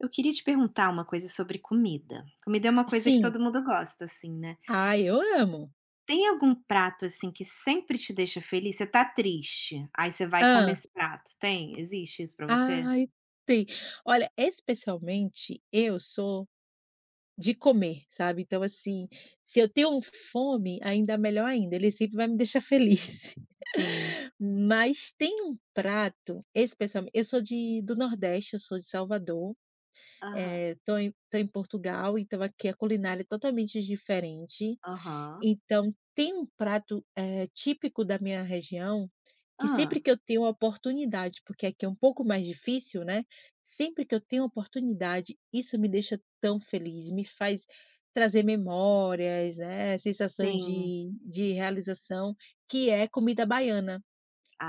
Eu queria te perguntar uma coisa sobre comida. Comida é uma coisa que Sim. todo mundo gosta, assim, né? Ai, eu amo. Tem algum prato, assim, que sempre te deixa feliz? Você tá triste, aí você vai e come Hã. esse prato. Tem? Existe isso pra você? Ai, tem. Olha, especialmente eu sou de comer, sabe. Então, assim, se eu tenho um fome, ainda melhor ainda, ele sempre vai me deixar feliz. Sim. Mas tem um prato, especialmente eu sou de do Nordeste, eu sou de Salvador, Aham. Tô em Portugal, então aqui a culinária é totalmente diferente. Aham. Então, tem um prato, típico da minha região, que sempre Ah. que eu tenho a oportunidade, porque aqui é um pouco mais difícil, né, sempre que eu tenho a oportunidade, isso me deixa tão feliz, me faz trazer memórias, né, sensação Sim. de realização, que é comida baiana,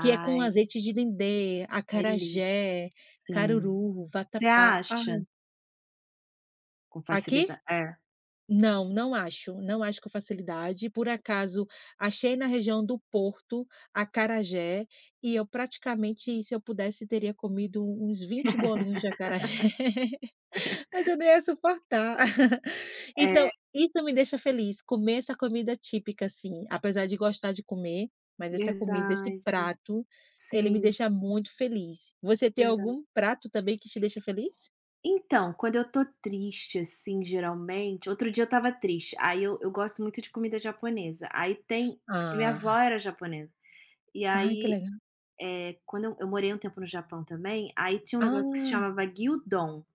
que é com azeite de dendê, delícia. acarajé, Sim. caruru, Você vatapá. Ah, acha? Com aqui. facilidade. É. Não, não acho, não acho com facilidade. Por acaso, achei na região do Porto, acarajé, e eu praticamente, se eu pudesse, teria comido uns 20 bolinhos de acarajé. Mas eu não ia suportar. Então, É, isso me deixa feliz, comer essa comida típica, assim, apesar de gostar de comer, mas essa comida, esse verdade. prato, ele me Sim, deixa muito feliz. Você tem verdade. algum prato também que te deixa feliz? Então, quando eu tô triste, assim, geralmente outro dia eu estava triste, aí eu gosto muito de comida japonesa, aí tem porque minha avó Ah, era japonesa, e ai que aí, legal. Quando eu morei um tempo no Japão também, aí tinha um negócio que se Ah, chamava Gyudon,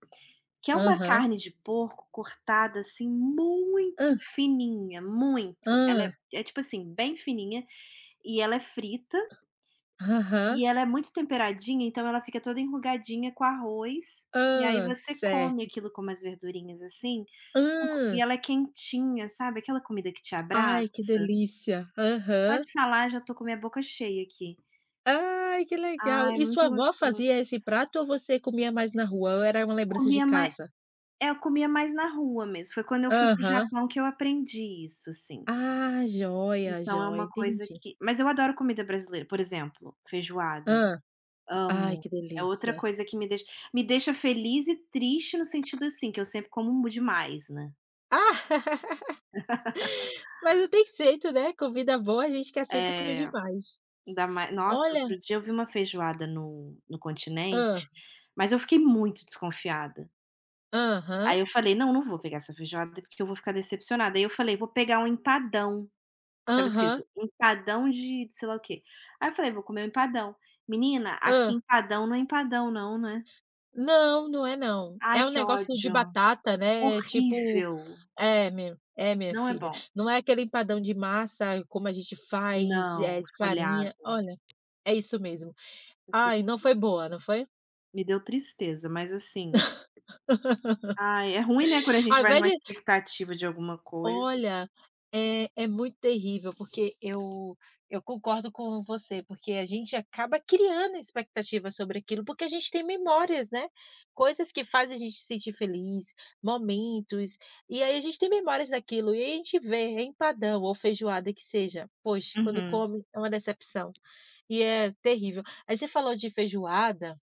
que é uma aham. carne de porco cortada, assim, muito Hã. fininha, muito. Ela é Hã. é tipo assim, bem fininha, e ela é frita, Aham. e ela é muito temperadinha, então ela fica toda enrugadinha com arroz, e aí Hã, você come certo. aquilo com umas verdurinhas, assim, e Hã. ela é quentinha, sabe, aquela comida que te Ai, abraça? que delícia. Só Aham. de falar já tô com a minha boca cheia aqui. Ai, que legal. Ai, E sua muito avó gostoso. fazia esse prato ou você comia mais na rua ou era uma lembrança de Comia mais, casa? é, eu comia mais na rua mesmo, foi quando eu fui para o Aham. Japão que eu aprendi isso, assim. Ah, joia, Então é joia, uma coisa entendi. que mas eu adoro comida brasileira, por exemplo, feijoada, Hã. Ai, amo. que É outra delícia. coisa que me deixa feliz e triste no sentido, assim, que eu sempre como demais, né. Ah, mas não tem jeito, né, comida boa a gente quer sempre comer É. demais. Ainda mais nossa, Olha, outro dia eu vi uma feijoada no hã. Continente, mas eu fiquei muito desconfiada. Aham. Aí eu falei: "Não, não vou pegar essa feijoada porque eu vou ficar decepcionada". Aí eu falei: "Vou pegar um empadão". Tava Aham. escrito "empadão de sei lá o quê. Aí eu falei: "Vou comer um empadão". Menina, aqui Hã. empadão não é empadão não, né. Não, não é não. Ai, É um que negócio de ódio, batata, né. É tipo. horrível, É, minha, é, minha não é filha. bom. Não é aquele empadão de massa, como a gente faz, Não, é de farinha. folhado, Olha, é isso mesmo. Ai, não decepção. foi boa, não foi? Me deu tristeza, mas assim, ai, é ruim, né, quando a gente Ao vai invés numa de. expectativa de alguma coisa. Olha, é é muito terrível, porque eu concordo com você, porque a gente acaba criando expectativas sobre aquilo, porque a gente tem memórias, né, coisas que fazem a gente se sentir feliz, momentos, e aí a gente tem memórias daquilo, e aí a gente vê é empadão ou feijoada que seja, poxa, quando Uhum. come é uma decepção, e é terrível. Aí você falou de feijoada,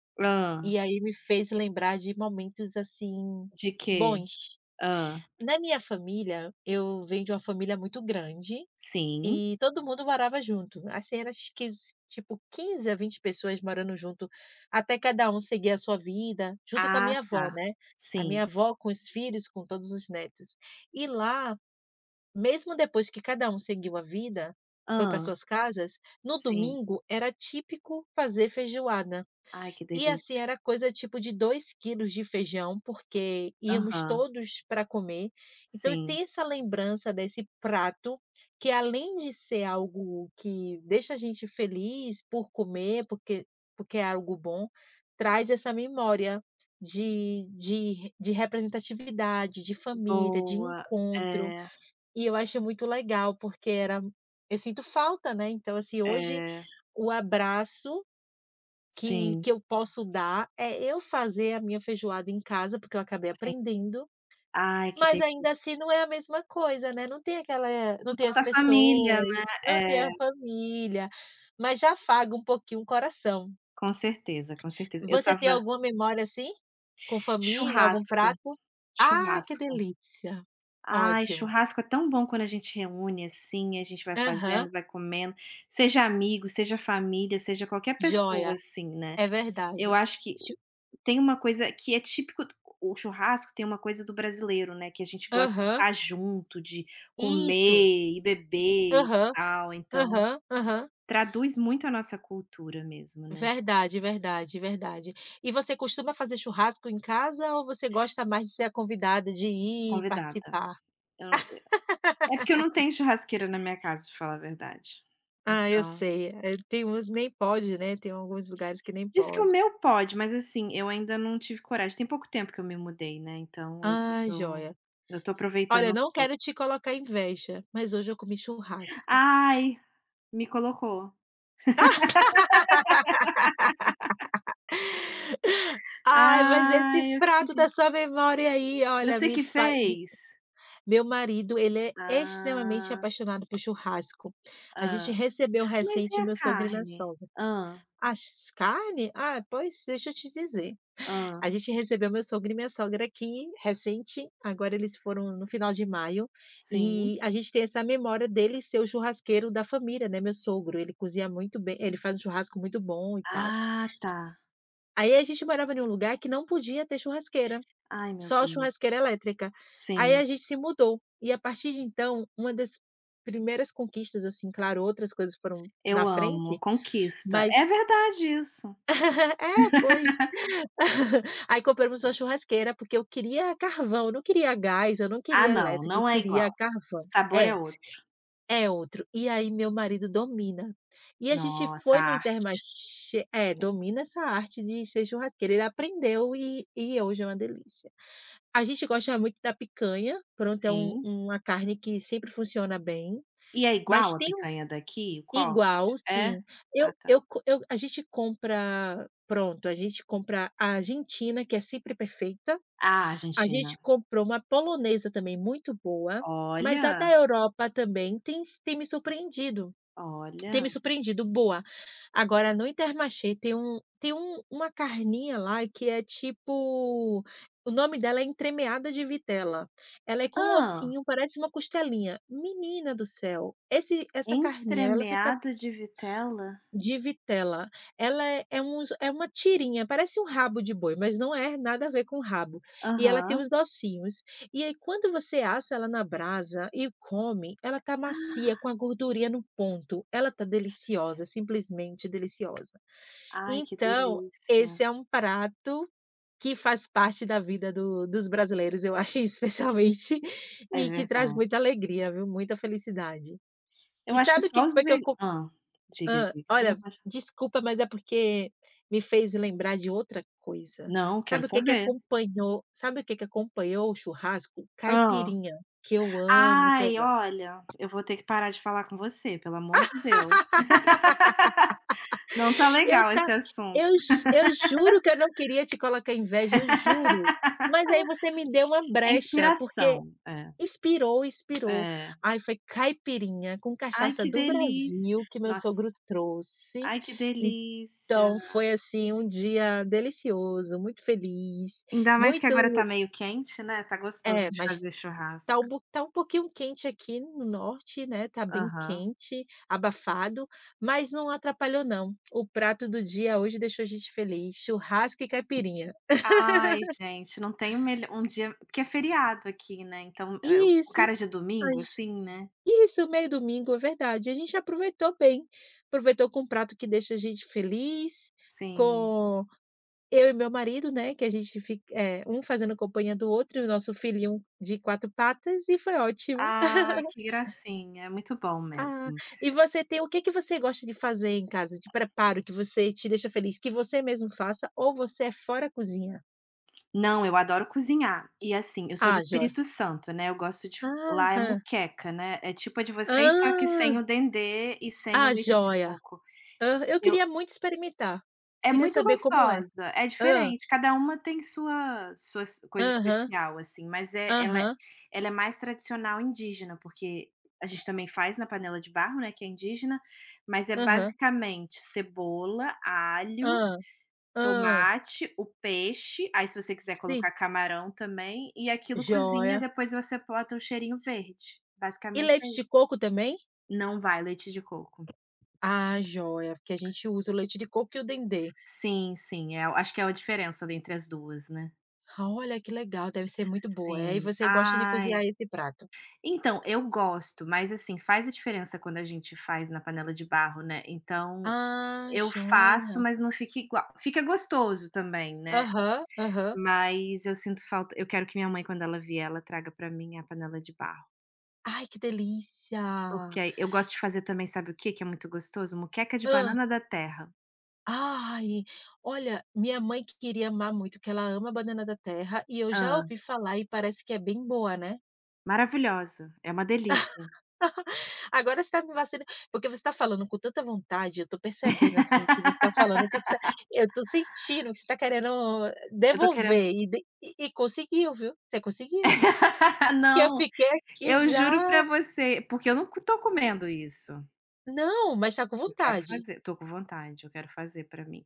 e Hã. aí me fez lembrar de momentos, assim, De quê? bons. Hã. Na minha família, eu venho de uma família muito grande Sim. e todo mundo morava junto. Assim, era acho que tipo 15, a 20 pessoas morando junto, até cada um seguir a sua vida, junto com a Ah, minha avó, tá. né? A Sim. minha avó com os filhos, com todos os netos. E lá, mesmo depois que cada um seguiu a vida, foi para Hã. suas casas, no Sim. domingo era típico fazer feijoada. Ai, que E assim, delícia. era coisa tipo de 2 quilos de feijão, porque íamos Aham. todos para comer. Então Sim. tem essa lembrança desse prato, que além de ser algo que deixa a gente feliz por comer, porque é algo bom, traz essa memória de representatividade, de família, de Boa. encontro. É, E eu acho muito legal, porque era eu sinto falta, né. Então assim, hoje é. o abraço que Sim, que eu posso dar é eu fazer a minha feijoada em casa, porque eu acabei sim. aprendendo, Ai, que mas ainda assim delícia. não é a mesma coisa, né, não tem aquela, não Não tem as falta família, pessoas, né. não tem a É, família, mas já afaga um pouquinho o coração. com certeza, com certeza. Eu Você tem estava alguma memória assim? Com família, algum churrasco, prato? Ah, que churrasco. delícia! Ai, Ótimo. churrasco é tão bom quando a gente reúne, assim, a gente vai Aham, fazendo, vai comendo, seja amigo, seja família, seja qualquer joia, pessoa, assim, né. é Eu verdade. acho que Chu tem uma coisa que é típico do o churrasco tem uma coisa do brasileiro, né, que a gente gosta de aham, estar junto, de isso. comer e beber e Aham, tal, então aham, aham. traduz muito a nossa cultura mesmo, né. Verdade, verdade, verdade. E você costuma fazer churrasco em casa ou você gosta mais de ser a convidada, de ir e Convidada. participar? Eu é porque eu não tenho churrasqueira na minha casa, pra falar a verdade. Ah, eu Então sei. Tem uns que nem pode, né, tem alguns lugares que nem diz que o pode. meu pode, mas assim, eu ainda não tive coragem. Tem pouco tempo que eu me mudei, né, então eu tô Ah, tô joia. eu tô Olha, aproveitando eu aos não quero te poucos. colocar inveja, mas hoje eu comi churrasco. Ai, me colocou. Ai, mas esse Ai, eu prato da queri sua memória aí, olha, Você me que faz fez? meu marido, ele é extremamente Ah, apaixonado por churrasco. A gente ah. recebeu Mas e recente a meu sogro e minha carne? sogra. Ah, As carne? Ah, pois deixa eu te dizer, ah. a gente recebeu meu sogro e minha sogra aqui recente, agora eles foram no final de maio, Sim. e a gente tem essa memória dele ser o churrasqueiro da família, né, meu sogro, ele cozinha muito bem, ele faz um churrasco muito bom e tal. Ah, tá. Aí a gente morava em um lugar que não podia ter churrasqueira, Ai, meu só Deus. churrasqueira elétrica. Aí a Sim, gente se mudou, e a partir de então, uma das primeiras conquistas, assim, claro, outras coisas foram na eu amo, frente, conquista. mas É verdade isso. é, pois. Aí compramos uma churrasqueira, porque eu queria carvão, eu não queria gás, eu não Ah, queria não, elétrico, eu não é igual. queria O carvão. sabor é É, outro. é outro. E aí meu marido domina. E a gente Nossa, foi no a arte. Intermarché é, domina essa arte de ser churrasqueiro, ele aprendeu e hoje é uma delícia. A gente gosta muito da picanha, pronto, é um Sim. uma carne que sempre funciona bem, E é igual mas a tem um picanha daqui, o igual corte? É? sim, Ah, tá. eu co eu a gente compra pronto, a gente compra a argentina, que é sempre perfeita. Ah, A gente Argentina. comprou uma polonesa também muito boa, mas a da Olha, Europa também tem s tem olha. me surpreendido, boa. Agora no Intermarché tem um uma carninha lá que é tipo o nome dela é entremeada de vitela. Ela é com um Ah, ossinho, parece uma costelinha. Menina do céu, esse essa carninha, ela fica entremeado de vitela? de vitela. Ela é é uns é uma tirinha, parece um rabo de boi, mas não é nada a ver com rabo. E ela tem Aham. os ossinhos. E aí quando você assa ela na brasa e come, ela tá macia, com a gordurinha no ponto. Ela tá deliciosa, S- simplesmente deliciosa. Ai, que Então, esse delícia. é um prato que faz parte da vida do dos brasileiros, eu acho, especialmente, É e que traz verdade. muita alegria, viu, muita felicidade. Eu E acho que sabe o que só que os foi que eu ve co. Ah, diga, Hã, diga. Não, olha, pode desculpa, mas é porque me fez lembrar de outra coisa. não, quero Sabe o que que saber. acompanhou sabe o que que acompanhou o churrasco? Ah. Caipirinha, que eu amo Ai, também. olha, eu vou ter que parar de falar com você, pelo amor de Deus. Não tá Eu legal ta esse assunto. eu ju eu juro que eu não queria te colocar inveja, eu juro, mas aí você me deu uma É brecha, porque inspiração. É, inspirou, inspirou. é. Aí foi caipirinha com Ai cachaça que do delícia. Brasil que meu Nossa, sogro trouxe, ai que delícia. então, foi, assim, um dia delicioso, muito feliz, Ainda mais que muito agora tá meio quente, né, tá é, gostoso de mas fazer tá churrasco. um po tá um pouquinho quente aqui no norte, né, tá bem Aham. quente, abafado, mas não atrapalhou não. O prato do dia hoje deixou a gente feliz, churrasco e caipirinha. Ai gente, não tem o melho um dia porque é feriado aqui, né, então, o Isso, cara de a domingo, gente assim, né. isso, meio domingo, é verdade. A gente aproveitou bem, aproveitou com um prato que deixa a gente feliz, Sim. com. Eu e meu marido, né, que a gente fica um fazendo companhia do outro e o nosso filhinho de 4 patas e foi ótimo. Ah, que gracinha, é muito bom Ah, mesmo. e você tem o que que você gosta de fazer em casa, de preparo que você te deixa feliz, que você mesmo faça ou você é fora cozinha? Não, eu adoro cozinhar. E assim, eu sou do Ah, joia. Espírito Santo, né, eu gosto de lá é Aham. muqueca, né, é tipo a de vocês, só que Ah. sem o dendê e sem o Ah, leite de joia. coco. Ah. Eu Eu queria muito experimentar. é Queria muito saber como é. gostosa, é Ah. diferente, cada uma tem sua sua s coisa Aham, especial, assim, mas é ela é aham, ela é mais tradicional indígena, porque a gente também faz na panela de barro, né, que é indígena, mas é aham. basicamente cebola, alho, Ah. Ah. tomate, o peixe, aí se você quiser Sim. colocar camarão também, e aquilo cozinha, Joia. depois você bota o cheirinho verde, E basicamente é leite isso. de coco também? Não vai leite de coco. Ah, joia, porque a gente usa o leite de coco e o dendê. Sim, sim, é acho que é a diferença entre as 2, né. Ah, olha que legal, deve ser muito boa. E Sim. você gosta de cozinhar Ai. esse prato? Então, eu gosto, mas assim, faz a diferença quando a gente faz na panela de barro, né, então Ah, eu faço, joia. mas não fica igual. Fica gostoso também, né, Aham, aham. mas eu sinto falta eu quero que minha mãe, quando ela vier, ela traga pra mim a panela de barro, Ai, que delícia. porque aí eu gosto de fazer também, sabe o que que é muito gostoso? Moqueca de Hã. banana da terra. Ai, olha, minha mãe que queria amar muito, que ela ama a banana da terra, e eu já Ah, ouvi falar e parece que é bem boa, né? maravilhosa, é uma delícia. Agora você tá me vacilando porque você tá falando com tanta vontade, eu tô percebendo, assim, que você tá falando com sa eu tô sentindo que você tá querendo Eu tô querendo devolver e de e conseguiu, viu, você conseguiu. Que eu não, fiquei aqui eu juro já pra você, porque eu não co tô comendo isso. não, mas tá com Eu quero vontade. fazer, tô com vontade, eu quero fazer pra mim.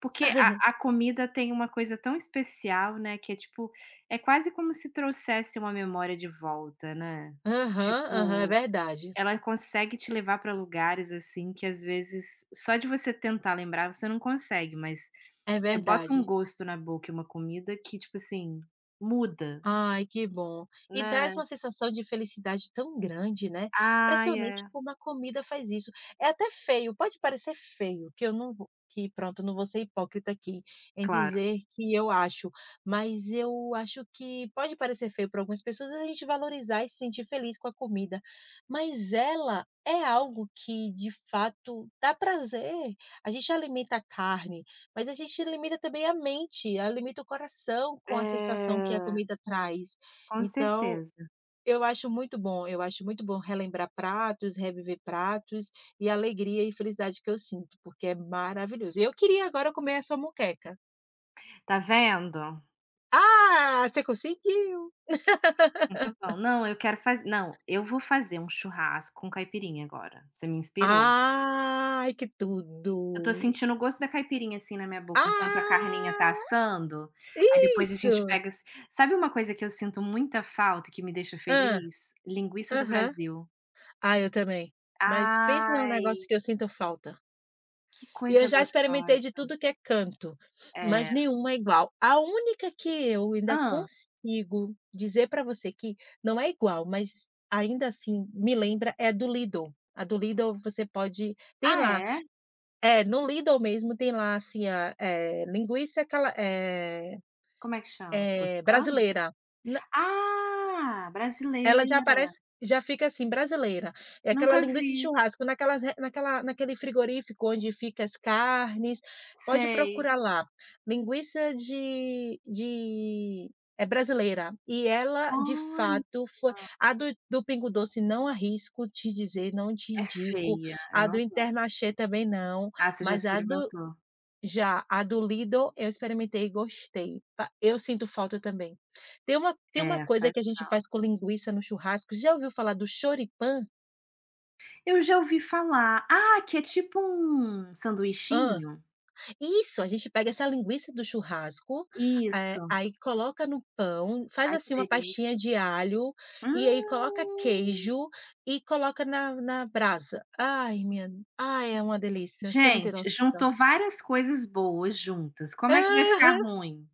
Porque a comida tem uma coisa tão especial, né, que é tipo, é quase como se trouxesse uma memória de volta, né. Aham, aham, é Tipo, verdade, ela consegue te levar pra lugares, assim, que às vezes só de você tentar lembrar você não consegue, mas é você bota um verdade. gosto na boca e uma comida que, tipo assim, muda, Ai, que bom. E né. traz uma sensação de felicidade tão grande, né. Ah, Impressionante é, como a comida faz isso. É até feio, pode parecer feio, que eu não vou que pronto, eu não vou ser hipócrita aqui em claro. dizer que eu acho, mas eu acho que pode parecer feio para algumas pessoas a gente valorizar e se sentir feliz com a comida, mas ela é algo que de fato dá prazer. A gente alimenta a carne, mas a gente limita também a mente, ah, limita o coração com a sensação que a É, comida traz. com Então, certeza. eu acho muito bom, eu acho muito bom relembrar pratos, reviver pratos e a alegria e felicidade que eu sinto, porque é maravilhoso. Eu queria agora comer a sua moqueca. Tá vendo? "Ah, você conseguiu!". Muito bom. Não, eu quero fazer não, eu vou fazer um churrasco com caipirinha agora, você me inspirou. "Ai, que tudo!". Eu tô sentindo o gosto da caipirinha, assim, na minha boca, enquanto a carninha tá "Ah!". assando, aí depois a gente Isso. pega assim sabe uma coisa que eu sinto muita falta e que me deixa Ah. feliz? Linguiça do Aham. Brasil. Ah, eu também. Mas pensa num Ai, negócio que eu sinto falta. que E eu coisa já experimentei de gostosa. tudo que é canto, mas É. nenhuma é igual. A única que eu ainda Ah, consigo dizer para você que não é igual, mas ainda assim me lembra é do Lidl. A do Lidl você pode tem ah, lá é? é, no Lidl mesmo tem lá, assim, a, linguiça aquela, Como é que chama? Toscano? brasileira. Ah, Ela já brasileira. aparece já fica assim, brasileira. É aquela Nunca linguiça de vi. churrasco naquelas re naquela naquele frigorífico onde fica as carnes, pode Sei. procurar lá, linguiça de é brasileira. E ela, de Olha. fato, foi a do Pingo Doce não arrisco te dizer, não te É indico, feia, eu a do não gosto. Intermarché também não, Ah, você já mas a do experimentou? já, a do Lidl eu experimentei e gostei. Pa eu sinto falta também. Tem uma É, coisa faz que a gente faz com falta. linguiça no churrasco, já ouviu falar do choripã? Eu já ouvi falar. Ah, que é tipo um Hã. sanduichinho? Isso, a gente pega essa linguiça do churrasco, Isso. aí coloca no pão, faz Ai, que assim uma pastinha delícia. de alho, Hum. e aí coloca queijo e coloca na brasa. Ai minha ai é uma delícia, você não tem Gente, noção. juntou várias coisas boas juntas, como é que vai Aham. ficar ruim.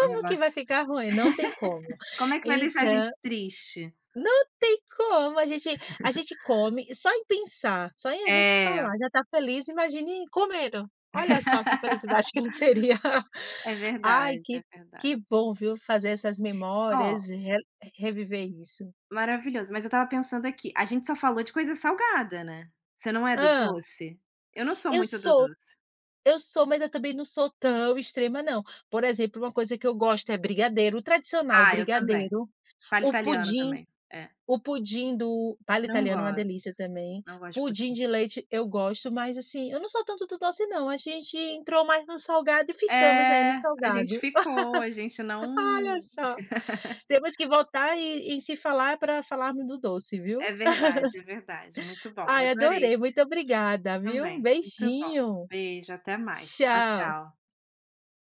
O que negócio, vai ficar ruim? Não tem como. como é que vai deixar a gente Então. triste? Não tem como, a gente come só em pensar, só em a gente É, falar já está feliz, imagine comendo. Olha só que felicidade que não seria. é Ai, verdade, que é verdade. que bom, viu, fazer essas Ó memórias, re reviver isso. maravilhoso, mas eu estava pensando aqui, a gente só falou de coisa salgada, né. Você não é do Ah, doce? Eu não sou eu muito do sou, doce. eu sou, mas eu também não sou tão extrema não. Por exemplo, uma coisa que eu gosto é brigadeiro, o tradicional Ah, eu também. brigadeiro, Palha o italiana pudim. também. É. O pudim do palha Não italiano é uma gosto, delícia também, não gosto de pudim pudim. de leite eu gosto, mas assim, eu não sou tanto do doce não, a gente entrou mais no salgado e ficamos aí no É, a gente salgado. ficou, a gente Olha não só, temos que voltar e se falar para falarmos do doce, viu. é verdade, é verdade, muito bom, Ai, adorei adorei, muito obrigada, viu. Um também, muito bom. beijinho. Beijo, até mais. Tchau, Tchau. tchau.